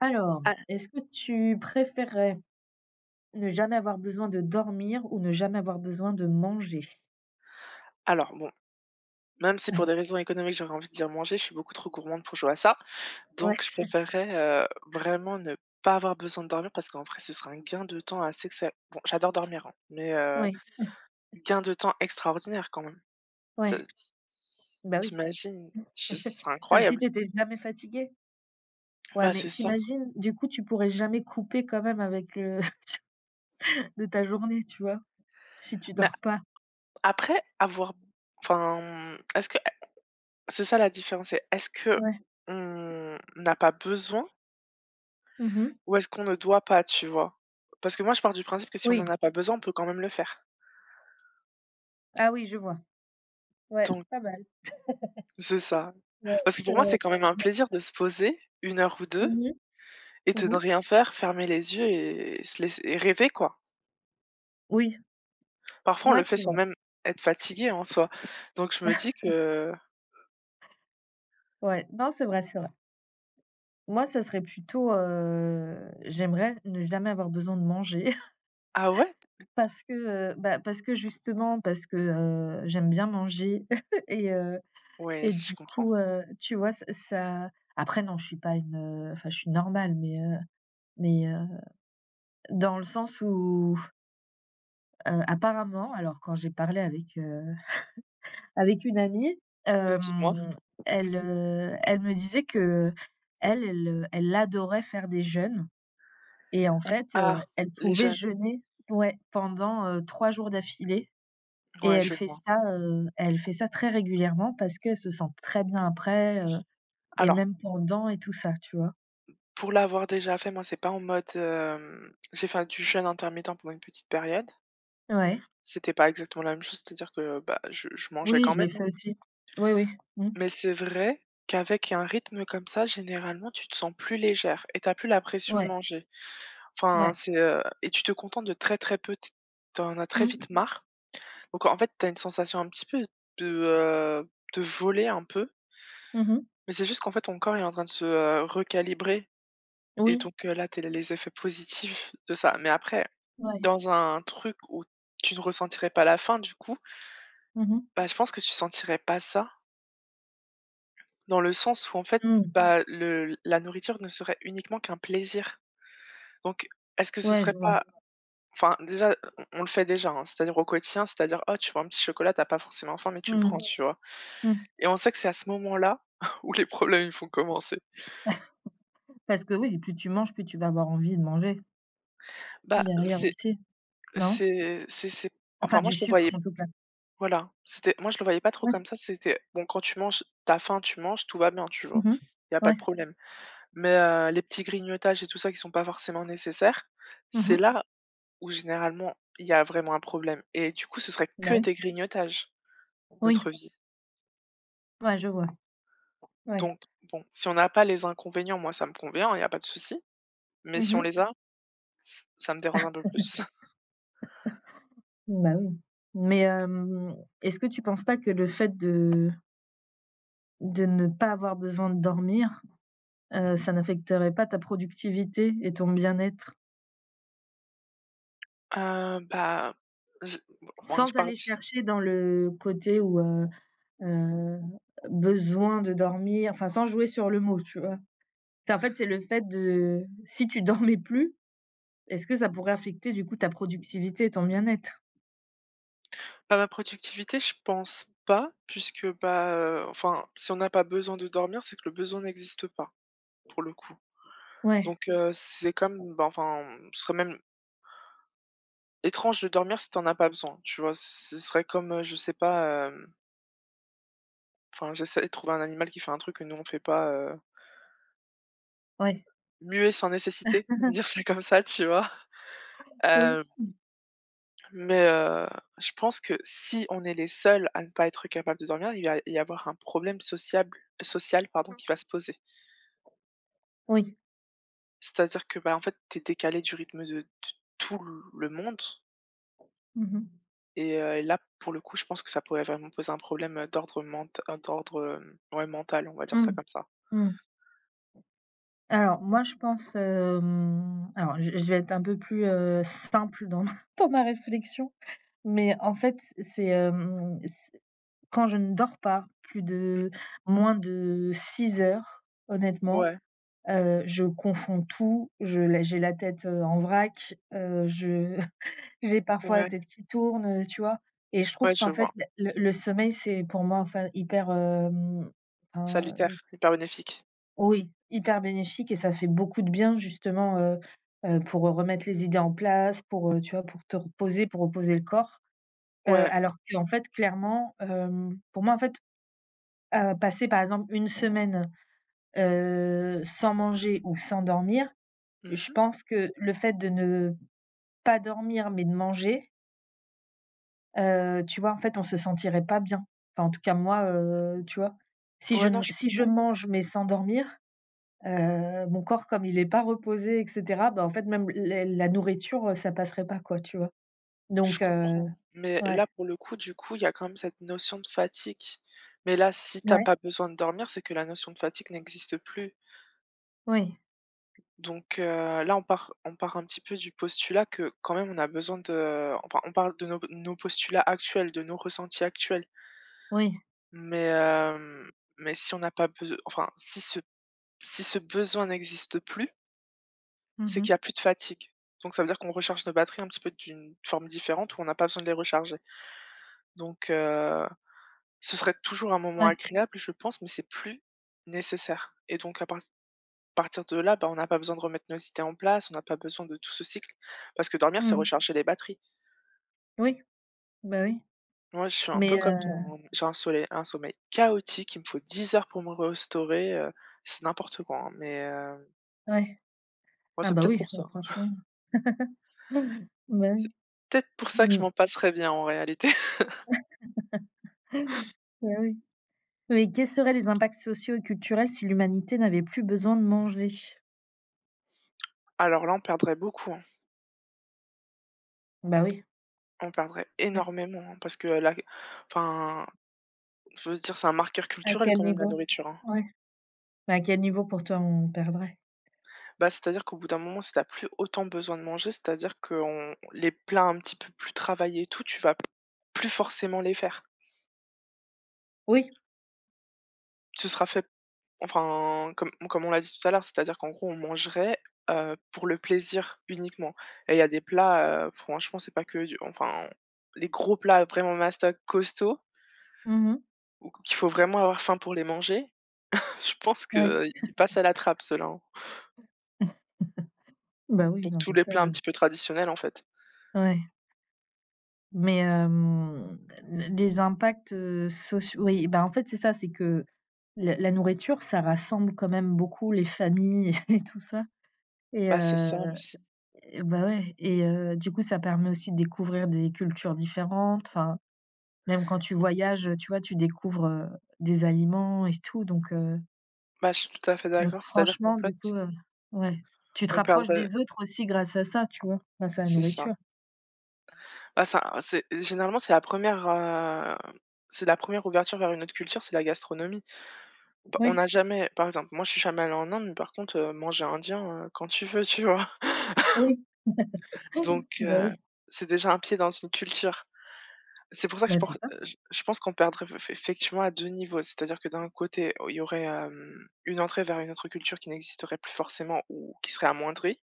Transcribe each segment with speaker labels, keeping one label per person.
Speaker 1: Alors,
Speaker 2: A
Speaker 1: est-ce que tu préférerais ne jamais avoir besoin de dormir ou ne jamais avoir besoin de manger?
Speaker 2: alors bon, même si pour des raisons économiques, j'aurais envie de dire manger, je suis beaucoup trop gourmande pour jouer à ça.
Speaker 1: Ouais,
Speaker 2: Donc je préférerais, vraiment ne pas avoir besoin de dormir parce qu'en vrai, ce serait un gain de temps assez excep bon, j'adore dormir, hein, mais
Speaker 1: ouais,
Speaker 2: gain de temps extraordinaire quand même. Ça
Speaker 1: ouais,
Speaker 2: t
Speaker 1: bah, oui,
Speaker 2: Je ce
Speaker 1: comme si
Speaker 2: incroyable.
Speaker 1: tu étais jamais fatigué. Ouais,
Speaker 2: Bah,
Speaker 1: mais
Speaker 2: c'est ça.
Speaker 1: t'imagines, du coup, tu pourrais jamais couper quand même avec le de ta journée, tu vois? Si tu
Speaker 2: Mais
Speaker 1: dors pas.
Speaker 2: après avoir enfin, est-ce que c'est ça la différence, c'est est-ce que
Speaker 1: Ouais.
Speaker 2: on n'a pas besoin
Speaker 1: Mmh.
Speaker 2: ou est-ce qu'on ne doit pas, tu vois? Parce que moi, je pars du principe que si on n'en
Speaker 1: Oui.
Speaker 2: a pas besoin, on peut quand même le faire.
Speaker 1: Ah oui, je vois. Ouais,
Speaker 2: Donc
Speaker 1: pas mal.
Speaker 2: c'est ça.
Speaker 1: Ouais,
Speaker 2: Parce que
Speaker 1: c'est
Speaker 2: pour moi,
Speaker 1: vrai.
Speaker 2: c'est quand même un plaisir de se poser une heure ou deux
Speaker 1: Mmh mh.
Speaker 2: et de ne
Speaker 1: Mmh.
Speaker 2: rien faire, fermer les yeux et se laisser et rêver, quoi.
Speaker 1: Oui,
Speaker 2: Parfois, on
Speaker 1: ouais,
Speaker 2: le fait
Speaker 1: c'est
Speaker 2: sans
Speaker 1: vrai.
Speaker 2: même être fatigué en soi. Donc je me dis que
Speaker 1: Ouais, non, c'est vrai, c'est vrai. Moi, ça serait plutôt, j'aimerais ne jamais avoir besoin de manger.
Speaker 2: ah ouais?
Speaker 1: Parce que, bah, parce que justement, j'aime bien manger et
Speaker 2: Ouais, je
Speaker 1: du
Speaker 2: comprends.
Speaker 1: coup, tu vois, ç ça après non, je suis pas une, enfin, je suis normale mais, mais, heu, dans le sens où, apparemment, alors quand j'ai parlé avec, avec une amie,
Speaker 2: Dis-moi.
Speaker 1: hem, elle, elle me disait que elle, elle adorait faire des jeûnes et en fait,
Speaker 2: Ah,
Speaker 1: elle
Speaker 2: les
Speaker 1: pouvait
Speaker 2: jeunes,
Speaker 1: jeûner ouais, pendant, 3 jours d'affilée. Et
Speaker 2: ouais, je vois.
Speaker 1: elle fait ça très régulièrement parce qu'elle se sent très bien après, et
Speaker 2: Alors,
Speaker 1: même pendant et tout ça, tu vois?
Speaker 2: pour l'avoir déjà fait, moi, c'est pas en mode, hem j'ai fait du jeûne intermittent pendant une petite période.
Speaker 1: Ouais.
Speaker 2: C'était pas exactement la même chose, c'est-à-dire que, bah, je mangeais
Speaker 1: Oui,
Speaker 2: quand
Speaker 1: je
Speaker 2: même,
Speaker 1: l'ai
Speaker 2: hein.
Speaker 1: fait aussi. Oui, oui. Mmh.
Speaker 2: Mais c'est vrai qu'avec un rythme comme ça, généralement, tu te sens plus légère et t'as plus la pression de
Speaker 1: Ouais,
Speaker 2: manger. Enfin,
Speaker 1: ouais.
Speaker 2: c'est, et tu te contentes de très, très peu, t tu as très vite
Speaker 1: Mmh.
Speaker 2: marre. Donc en fait, t'as une sensation un petit peu de voler un peu,
Speaker 1: Mmh.
Speaker 2: mais c'est juste qu'en fait, ton corps, il est en train de se, recalibrer et
Speaker 1: Oui.
Speaker 2: donc là, t'as les effets positifs de ça. Mais après,
Speaker 1: Ouais.
Speaker 2: dans un truc où tu ne ressentirais pas la faim, du coup,
Speaker 1: Mmh mh.
Speaker 2: bah, je pense que tu sentirais pas ça. Dans le sens où en fait, Mmh.
Speaker 1: Mmh.
Speaker 2: bah, le la nourriture ne serait uniquement qu'un plaisir. Donc, est-ce que ce
Speaker 1: Ouais,
Speaker 2: serait
Speaker 1: je vois.
Speaker 2: pas enfin déjà, on le fait déjà, hein, c'est-à-dire au quotidien, c'est-à-dire: «Oh, tu vois un petit chocolat, t'as pas forcément faim, mais tu le
Speaker 1: Mmh.
Speaker 2: prends», ouais. Tu vois?
Speaker 1: Mmh.
Speaker 2: Et on sait que c'est à ce moment-là où les problèmes, ils font commencer.
Speaker 1: Parce que oui, plus tu manges, plus tu vas avoir envie de manger
Speaker 2: Bah,
Speaker 1: derrière
Speaker 2: c'est
Speaker 1: aussi, non?
Speaker 2: c'est c'est c'est
Speaker 1: Enfin
Speaker 2: enfin moi
Speaker 1: du
Speaker 2: je le
Speaker 1: sucre
Speaker 2: voyais
Speaker 1: en tout cas.
Speaker 2: voilà, c'était moi je le voyais pas trop
Speaker 1: Ouais.
Speaker 2: comme ça, c'était bon quand tu manges, t'as faim, tu manges, tout va bien, tu vois?
Speaker 1: Mmh.
Speaker 2: Il y a pas
Speaker 1: Ouais.
Speaker 2: de problème. Mais les petits grignotages et tout ça qui sont pas forcément nécessaires, c'est
Speaker 1: Mmh.
Speaker 2: là où généralement, il y a vraiment un problème et du coup, ce serait
Speaker 1: Bah
Speaker 2: que
Speaker 1: oui.
Speaker 2: des grignotages,
Speaker 1: Oui.
Speaker 2: notre vie.
Speaker 1: Ouais, je vois. Ouais.
Speaker 2: Donc bon, si on n'a pas les inconvénients, moi ça me convient, hein, il y a pas de souci, mais si on
Speaker 1: Mmh.
Speaker 2: les a, ça me dérange un peu plus.
Speaker 1: Bah, oui. Mais est-ce que tu penses pas que le fait de ne pas avoir besoin de dormir, ça n'affecterait pas ta productivité et ton bien-être?
Speaker 2: Heu, bah, je enfin, je
Speaker 1: Sans
Speaker 2: parle
Speaker 1: aller chercher dans le côté où, heu, besoin de dormir, enfin, sans jouer sur le mot, tu vois? C'est en fait, c'est le fait de si tu dormais plus, est-ce que ça pourrait affecter, du coup, ta productivité et ton bien-être?
Speaker 2: pas ma productivité, je pense pas puisque, bah, enfin, si on n'a pas besoin de dormir, c'est que le besoin n'existe pas, pour le coup.
Speaker 1: Ouais,
Speaker 2: Donc c'est comme, bah, enfin, ce serait même étrange de dormir si t'en as pas besoin, tu vois? Ce serait comme, je sais pas, enfin, j'essaie de trouver un animal qui fait un truc que nous on fait pas,
Speaker 1: ouais.
Speaker 2: muet sans nécessité, on va dire ça comme ça, tu vois?
Speaker 1: Oui.
Speaker 2: Hem, mais je pense que si on est les seuls à ne pas être capables de dormir, il va y avoir un problème sociable social, pardon,
Speaker 1: Mmh.
Speaker 2: qui va se poser.
Speaker 1: Oui.
Speaker 2: C'est-à-dire que, bah, en fait, tu es décalé du rythme de t tout le monde
Speaker 1: Mmh mh.
Speaker 2: et là, pour le coup, je pense que ça pourrait vraiment poser un problème, d'ordre ment d'ordre, ouais, mental, on va dire ça
Speaker 1: Mmh.
Speaker 2: comme ça.
Speaker 1: Mmh. Alors moi je pense, alors je vais être un peu plus, simple dans ma dans ma réflexion, mais en fait c'est quand je ne dors pas plus
Speaker 2: Mmh
Speaker 1: de
Speaker 2: mh.
Speaker 1: moins de 6 heures, honnêtement,
Speaker 2: Ouais,
Speaker 1: je confonds tout, je la j'ai la tête, en vrac, je j'ai parfois la
Speaker 2: ouais,
Speaker 1: tête qui tourne, tu vois? Et je trouve
Speaker 2: ouais, je
Speaker 1: qu'en fait,
Speaker 2: vois.
Speaker 1: le sommeil c'est pour moi enfin hyper, enfin
Speaker 2: Salutaire, hyper bénéfique.
Speaker 1: oui, hyper bénéfique et ça fait beaucoup de bien justement, pour remettre les idées en place, pour, tu vois, pour te reposer, pour reposer le corps.
Speaker 2: Ouais.
Speaker 1: Alors qu'en fait, clairement, pour moi, en fait, passer par exemple une semaine, sans manger ou sans dormir,
Speaker 2: Mmh
Speaker 1: je
Speaker 2: mh.
Speaker 1: pense que le fait de ne pas dormir mais de manger, tu vois, en fait, on se sentirait pas bien. Enfin, en tout cas moi, tu vois?
Speaker 2: Ouais, non, je
Speaker 1: Si je
Speaker 2: comprends,
Speaker 1: mange mais sans dormir, mon corps comme il est pas reposé et cetera, bah, en fait même les la nourriture, ça passerait pas quoi, tu vois?
Speaker 2: je
Speaker 1: Donc
Speaker 2: comprends. Mais
Speaker 1: ouais.
Speaker 2: là, pour le coup, du coup, il y a quand même cette notion de fatigue. Mais là, si t'as
Speaker 1: Ouais,
Speaker 2: pas besoin de dormir, c'est que la notion de fatigue n'existe plus.
Speaker 1: oui,
Speaker 2: Donc là, on part un petit peu du postulat que quand même on a besoin de enfin, on parle de nos postulats actuels, de nos ressentis actuels.
Speaker 1: oui.
Speaker 2: Mais mais si on n'a pas besoin enfin, si ce besoin n'existe plus, c'est qu'il
Speaker 1: Mmh.
Speaker 2: y a plus de fatigue. Donc ça veut dire qu'on recharge nos batteries un petit peu d'une forme différente où on n'a pas besoin de les recharger. Donc ce serait toujours un moment
Speaker 1: Ouais.
Speaker 2: agréable, je pense, mais c'est plus nécessaire et donc à part partir de là, bah, on n'a pas besoin de remettre nos idées en place, on n'a pas besoin de tout ce cycle parce que dormir, c'est
Speaker 1: Mmh.
Speaker 2: recharger les batteries.
Speaker 1: Oui, bah, oui.
Speaker 2: Moi, je suis un
Speaker 1: Mais
Speaker 2: peu comme toi, hein, j'ai un soleil un sommeil chaotique, il me faut 10 heures pour me restaurer, c'est n'importe quoi, hein, mais
Speaker 1: ouais.
Speaker 2: moi,
Speaker 1: Ah
Speaker 2: c'est
Speaker 1: bah,
Speaker 2: peut-être
Speaker 1: oui,
Speaker 2: pour
Speaker 1: bah,
Speaker 2: ça, hein.
Speaker 1: franchement. Bah,
Speaker 2: C'est
Speaker 1: oui.
Speaker 2: peut-être pour ça que je
Speaker 1: Mmh.
Speaker 2: m'en passerais bien en réalité.
Speaker 1: Bah, oui. Mais quels seraient les impacts sociaux et culturels si l'humanité n'avait plus besoin de manger?
Speaker 2: Alors là, on perdrait beaucoup, hein,
Speaker 1: Bah, oui.
Speaker 2: on perdrait
Speaker 1: Ouais.
Speaker 2: énormément, hein, parce que là enfin, je veux dire, c'est un marqueur
Speaker 1: À
Speaker 2: culturel
Speaker 1: quel
Speaker 2: quand même la
Speaker 1: niveau?
Speaker 2: nourriture, hein.
Speaker 1: Ouais. Mais à quel niveau pour toi on perdrait?
Speaker 2: Bah, c'est-à-dire qu'au bout d'un moment, si tu plus autant besoin de manger, c'est-à-dire que on les plats un petit peu plus travaillés et tout, tu vas plus forcément les faire.
Speaker 1: Oui.
Speaker 2: Ce sera fait enfin, comme on l'a dit tout à l'heure, c'est-à-dire qu'en gros, on mangerait, pour le plaisir uniquement et il y a des plats, franchement, c'est pas que du enfin, les gros plats vraiment mastoc costauds
Speaker 1: Mmh.
Speaker 2: ou qu'il faut vraiment avoir faim pour les manger, je pense
Speaker 1: Ouais.
Speaker 2: qu'ils passent à la trappe ceux-là, hein.
Speaker 1: Bah, oui,
Speaker 2: Donc
Speaker 1: non
Speaker 2: tous
Speaker 1: mais
Speaker 2: les
Speaker 1: ça,
Speaker 2: plats un petit peu traditionnels, en fait.
Speaker 1: ouais. Mais les impacts, sociaux oui, bah, en fait, c'est ça, c'est que la nourriture, ça rassemble quand même beaucoup les familles et tout ça et
Speaker 2: Bah, c'est ça
Speaker 1: heu
Speaker 2: aussi.
Speaker 1: et bah, ouais et du coup, ça permet aussi de découvrir des cultures différentes. Enfin, même quand tu voyages, tu vois, tu découvres, des aliments et tout
Speaker 2: Bah, je suis tout à fait
Speaker 1: donc
Speaker 2: d'accord, c'est-à-dire qu'en
Speaker 1: franchement,
Speaker 2: fait
Speaker 1: du coup, ouais, tu te
Speaker 2: on
Speaker 1: rapproches
Speaker 2: perdrait
Speaker 1: des autres aussi grâce à ça, tu vois? Grâce à la
Speaker 2: c'est ça.
Speaker 1: nourriture.
Speaker 2: Bah, ça c'est généralement, c'est la première ouverture vers une autre culture, c'est la gastronomie. P on
Speaker 1: Oui,
Speaker 2: n'a jamais par exemple, moi, je suis jamais allée en Inde, mais par contre, manger indien, quand tu veux, tu vois?
Speaker 1: oui,
Speaker 2: Donc
Speaker 1: oui,
Speaker 2: c'est déjà un pied dans une culture. C'est pour ça que je
Speaker 1: bah, c'est
Speaker 2: pense
Speaker 1: ça.
Speaker 2: je pense qu'on perdrait f effectivement à 2 niveaux. C'est-à-dire que d'un côté, il y aurait, une entrée vers une autre culture qui n'existerait plus forcément ou qui serait amoindrie.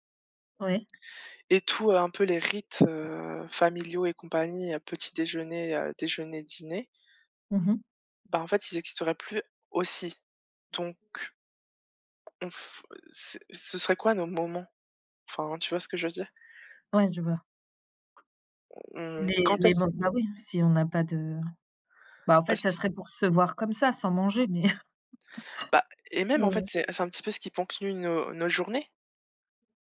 Speaker 1: Ouais.
Speaker 2: Et tout un peu les rites, familiaux et compagnie, petit déjeuner, déjeuner, dîner,
Speaker 1: Mmh mh.
Speaker 2: bah, en fait, ils n'existeraient plus aussi. Donc on f c'est ce serait quoi nos moments? Enfin, tu vois ce que je veux dire?
Speaker 1: Ouais, je vois.
Speaker 2: On quand
Speaker 1: Les
Speaker 2: est-ce
Speaker 1: man Bah, oui, si on n'a pas de bah, en
Speaker 2: bah,
Speaker 1: fait, ça
Speaker 2: c
Speaker 1: serait pour se voir comme ça, sans manger, mais
Speaker 2: bah et même
Speaker 1: Oui,
Speaker 2: en fait,
Speaker 1: oui.
Speaker 2: c'est un petit peu ce qui ponctue nos journées,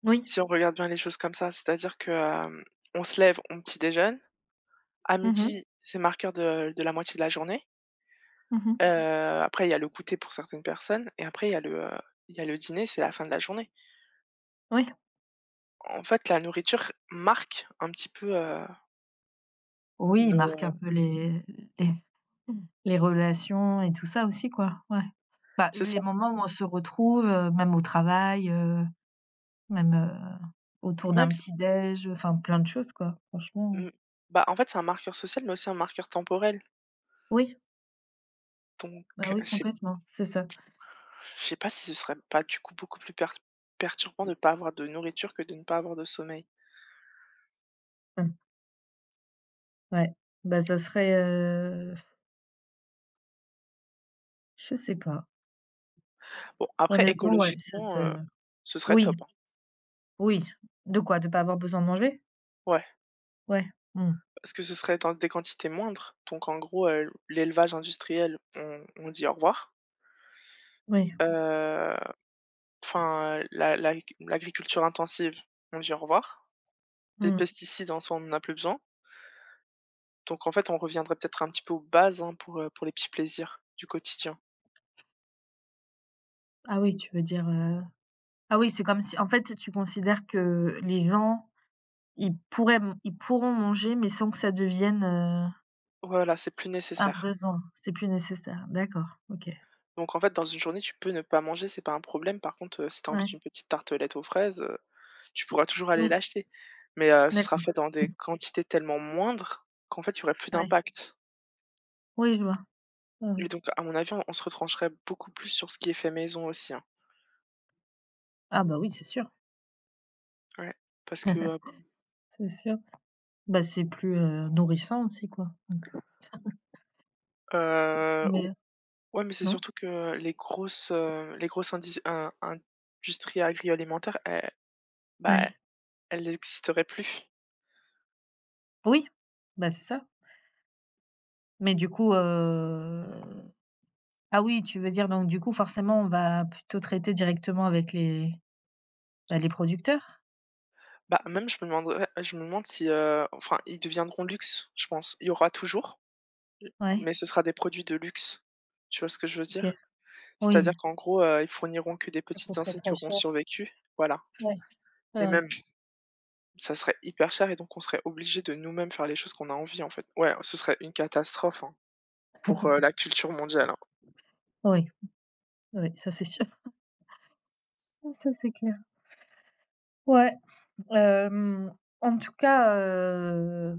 Speaker 1: Oui.
Speaker 2: si on regarde bien les choses comme ça. C'est-à-dire que, on se lève, on petit déjeune, à
Speaker 1: Mmh mh.
Speaker 2: midi c'est marqueur de la moitié de la journée.
Speaker 1: Mmh
Speaker 2: Heu,
Speaker 1: mh.
Speaker 2: après il y a le goûter pour certaines personnes et après il y a le, il y a le dîner, c'est la fin de la journée.
Speaker 1: Oui.
Speaker 2: En fait, la nourriture marque un petit peu,
Speaker 1: Oui, il
Speaker 2: nos,
Speaker 1: marque un peu les les les relations et tout ça aussi, quoi, ouais. Bah,
Speaker 2: c'est
Speaker 1: les
Speaker 2: ça.
Speaker 1: moments où on se retrouve, même au travail, même, autour
Speaker 2: Même
Speaker 1: d'un
Speaker 2: s
Speaker 1: petit déj, enfin plein de choses, quoi, franchement.
Speaker 2: mmh, bah, en fait, c'est un marqueur social, mais aussi un marqueur temporel.
Speaker 1: Oui, bah,
Speaker 2: Donc je
Speaker 1: oui,
Speaker 2: sais
Speaker 1: complètement, c'est ça.
Speaker 2: je sais pas si ce serait pas du coup beaucoup plus per perturbant de ne pas avoir de nourriture que de ne pas avoir de sommeil.
Speaker 1: Mmh, ouais. Bah, ça serait, je sais pas.
Speaker 2: Bon, après
Speaker 1: Honnêtement, ouais, ça
Speaker 2: écologiquement,
Speaker 1: se
Speaker 2: ce serait
Speaker 1: oui.
Speaker 2: top, hein.
Speaker 1: Oui. De quoi? De pas avoir besoin de manger?
Speaker 2: Ouais,
Speaker 1: Ouais. Mmh.
Speaker 2: parce que ce serait dans des quantités moindres. Donc en gros, l'élevage industriel, on dit au revoir.
Speaker 1: Oui.
Speaker 2: Heu Enfin, la l'ag l'agriculture intensive, on dit au revoir. Les
Speaker 1: Mmh.
Speaker 2: pesticides en soi, on n'en a plus besoin. Donc en fait, on reviendrait peut-être un petit peu aux bases, hein, pour les petits plaisirs du quotidien.
Speaker 1: Ah oui, tu veux dire, ah oui, c'est comme si en fait, tu considères que les gens, ils pourraient m ils pourront manger, mais sans que ça devienne,
Speaker 2: Voilà, c'est plus
Speaker 1: un
Speaker 2: nécessaire.
Speaker 1: besoin. C'est plus nécessaire. D'accord, OK.
Speaker 2: Donc en fait, dans une journée, tu peux ne pas manger, c'est pas un problème. Par contre, si tu as envie
Speaker 1: Ouais.
Speaker 2: d'une petite tartelette aux fraises, tu pourras toujours aller
Speaker 1: Oui,
Speaker 2: l'acheter. Mais, ce sera fait
Speaker 1: d'accord.
Speaker 2: dans des quantités tellement moindres qu'en fait, il y aurait plus
Speaker 1: Ouais.
Speaker 2: d'impact.
Speaker 1: Oui, je vois. Ouais,
Speaker 2: Et
Speaker 1: oui.
Speaker 2: donc à mon avis, on se retrancherait beaucoup plus sur ce qui est fait maison aussi, hein.
Speaker 1: Ah bah oui, c'est sûr.
Speaker 2: Ouais, parce que,
Speaker 1: C'est sûr. Bah, c'est plus, nourrissant aussi, quoi, donc c'est
Speaker 2: ou
Speaker 1: meilleur,
Speaker 2: ouais, mais c'est
Speaker 1: non?
Speaker 2: surtout que les grosses indis in industries agroalimentaires, elles bah,
Speaker 1: Ouais.
Speaker 2: elles n'existeraient plus.
Speaker 1: Oui, bah, c'est ça. Mais du coup, Ah oui, tu veux dire donc du coup forcément on va plutôt traiter directement avec les, bah, les producteurs?
Speaker 2: Bah, même je me demanderais je me demande si, enfin, ils deviendront luxe, je pense. Il y aura toujours,
Speaker 1: Ouais,
Speaker 2: mais ce sera des produits de luxe. Tu vois ce que je veux
Speaker 1: OK.
Speaker 2: dire?
Speaker 1: Oui,
Speaker 2: C'est-à-dire qu'en gros, ils fourniront que des
Speaker 1: ça
Speaker 2: petites
Speaker 1: coûterait
Speaker 2: enseignes qui
Speaker 1: très
Speaker 2: auront
Speaker 1: cher.
Speaker 2: survécu, voilà
Speaker 1: Ouais, ouais,
Speaker 2: et
Speaker 1: ouais.
Speaker 2: même ça serait hyper cher et donc on serait obligé de nous-mêmes faire les choses qu'on a envie, en fait. Ouais, ce serait une catastrophe, hein, pour, la culture mondiale, hein.
Speaker 1: Oui, oui, ça c'est sûr. Ça c'est clair. Ouais, hem, en tout cas,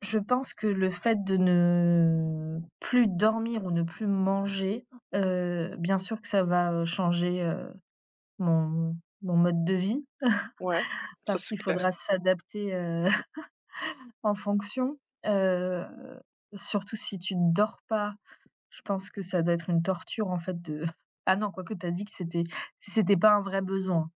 Speaker 1: je pense que le fait de ne plus dormir ou ne plus manger, bien sûr que ça va, changer, mon mon mode de vie
Speaker 2: Ouais, ça
Speaker 1: parce
Speaker 2: c'est
Speaker 1: qu'il
Speaker 2: clair.
Speaker 1: faudra s'adapter, En fonction, heu, surtout si tu ne dors pas, je pense que ça doit être une torture en fait de ah non, quoique tu as dit que c'était si c'était pas un vrai besoin,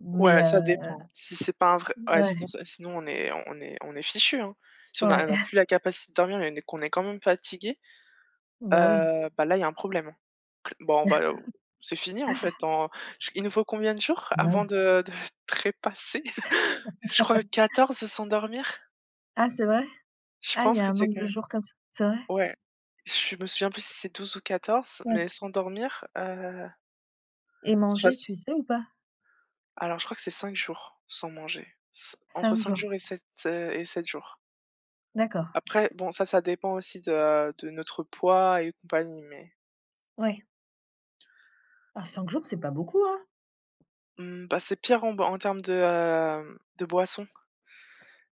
Speaker 1: mais
Speaker 2: Ouais, ça dépend. Si c'est pas un vrai ouais, sinon
Speaker 1: ouais,
Speaker 2: ça sinon on est fichu, hein. Si on a
Speaker 1: ouais,
Speaker 2: on a plus la capacité de dormir et qu'on est quand même fatigué,
Speaker 1: bah oui,
Speaker 2: bah, là, il y a un problème. Cl bah, on va c'est fini, en fait, dans j il nous faut combien de jours
Speaker 1: bah
Speaker 2: avant
Speaker 1: oui.
Speaker 2: de trépasser? Je crois 14 sans dormir?
Speaker 1: Ah c'est vrai?
Speaker 2: Je
Speaker 1: Ah il y
Speaker 2: pense
Speaker 1: a
Speaker 2: que
Speaker 1: un
Speaker 2: c'est
Speaker 1: nombre
Speaker 2: quand
Speaker 1: de
Speaker 2: même
Speaker 1: jours comme ça, c'est vrai?
Speaker 2: ouais. Je me souviens plus si c'est 12 ou 14, mais
Speaker 1: Ouais
Speaker 2: sans dormir, de
Speaker 1: et
Speaker 2: toute
Speaker 1: manger,
Speaker 2: faç
Speaker 1: tu sais ou pas?
Speaker 2: alors je crois que c'est 5 jours sans manger. C entre
Speaker 1: 5
Speaker 2: 5
Speaker 1: jours,
Speaker 2: jours et 7 jours.
Speaker 1: d'accord,
Speaker 2: Après, bon, ça dépend aussi de notre poids et compagnie, mais
Speaker 1: ouais. Ah 5 jours, c'est pas beaucoup, hein?
Speaker 2: mmh, bah, c'est pire en b en termes de, de boisson.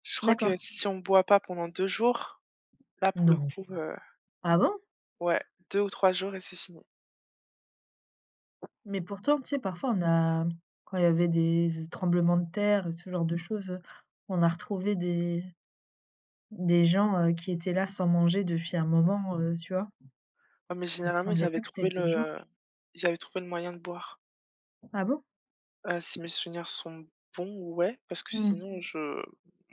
Speaker 2: Je crois que
Speaker 1: D'accord.
Speaker 2: si on boit pas pendant 2 jours, là, pour le
Speaker 1: Non.
Speaker 2: coup,
Speaker 1: Ah bon?
Speaker 2: ouais, 2 ou 3 jours et c'est fini.
Speaker 1: Mais pourtant, tu sais, parfois on a quand il y avait des tremblements de terre et ce genre de choses, on a retrouvé des gens, qui étaient là sans manger depuis un moment, tu vois?
Speaker 2: Ouais, mais
Speaker 1: Il me
Speaker 2: généralement, ils
Speaker 1: semblait
Speaker 2: avaient
Speaker 1: pas que
Speaker 2: trouvé
Speaker 1: c'était 2 jours.
Speaker 2: le ils avaient trouvé le moyen de boire.
Speaker 1: Ah bon?
Speaker 2: Si mes souvenirs sont bons, ouais, parce que
Speaker 1: Mmh.
Speaker 2: sinon je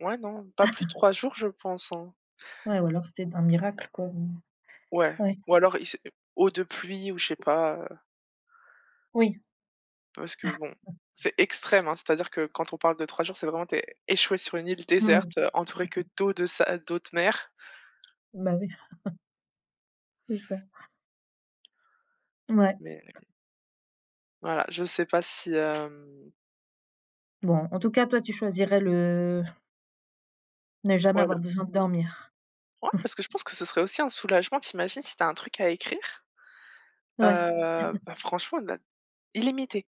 Speaker 2: ouais, non, pas plus de 3 jours, je pense, hein.
Speaker 1: Ouais ou alors c'était un miracle quoi, mmh.
Speaker 2: Ouais,
Speaker 1: Ouais.
Speaker 2: ou alors il s'est eau de pluie ou je sais pas,
Speaker 1: Oui.
Speaker 2: parce que bon, c'est extrême, hein, c'est-à-dire que quand on parle de 3 jours, c'est vraiment tu échoué sur une île
Speaker 1: Mmh.
Speaker 2: déserte, entouré que d'eau, de sa d'eau de mer.
Speaker 1: Bah oui, c'est ça. Ouais.
Speaker 2: Mais voilà, je sais pas si,
Speaker 1: Bon, en tout cas, toi, tu choisirais le ne jamais
Speaker 2: ouais,
Speaker 1: avoir
Speaker 2: le
Speaker 1: besoin de dormir?
Speaker 2: ouais, parce que je pense que ce serait aussi un soulagement, tu si t'as un truc à écrire?
Speaker 1: Ouais.
Speaker 2: Bah, franchement, là illimité.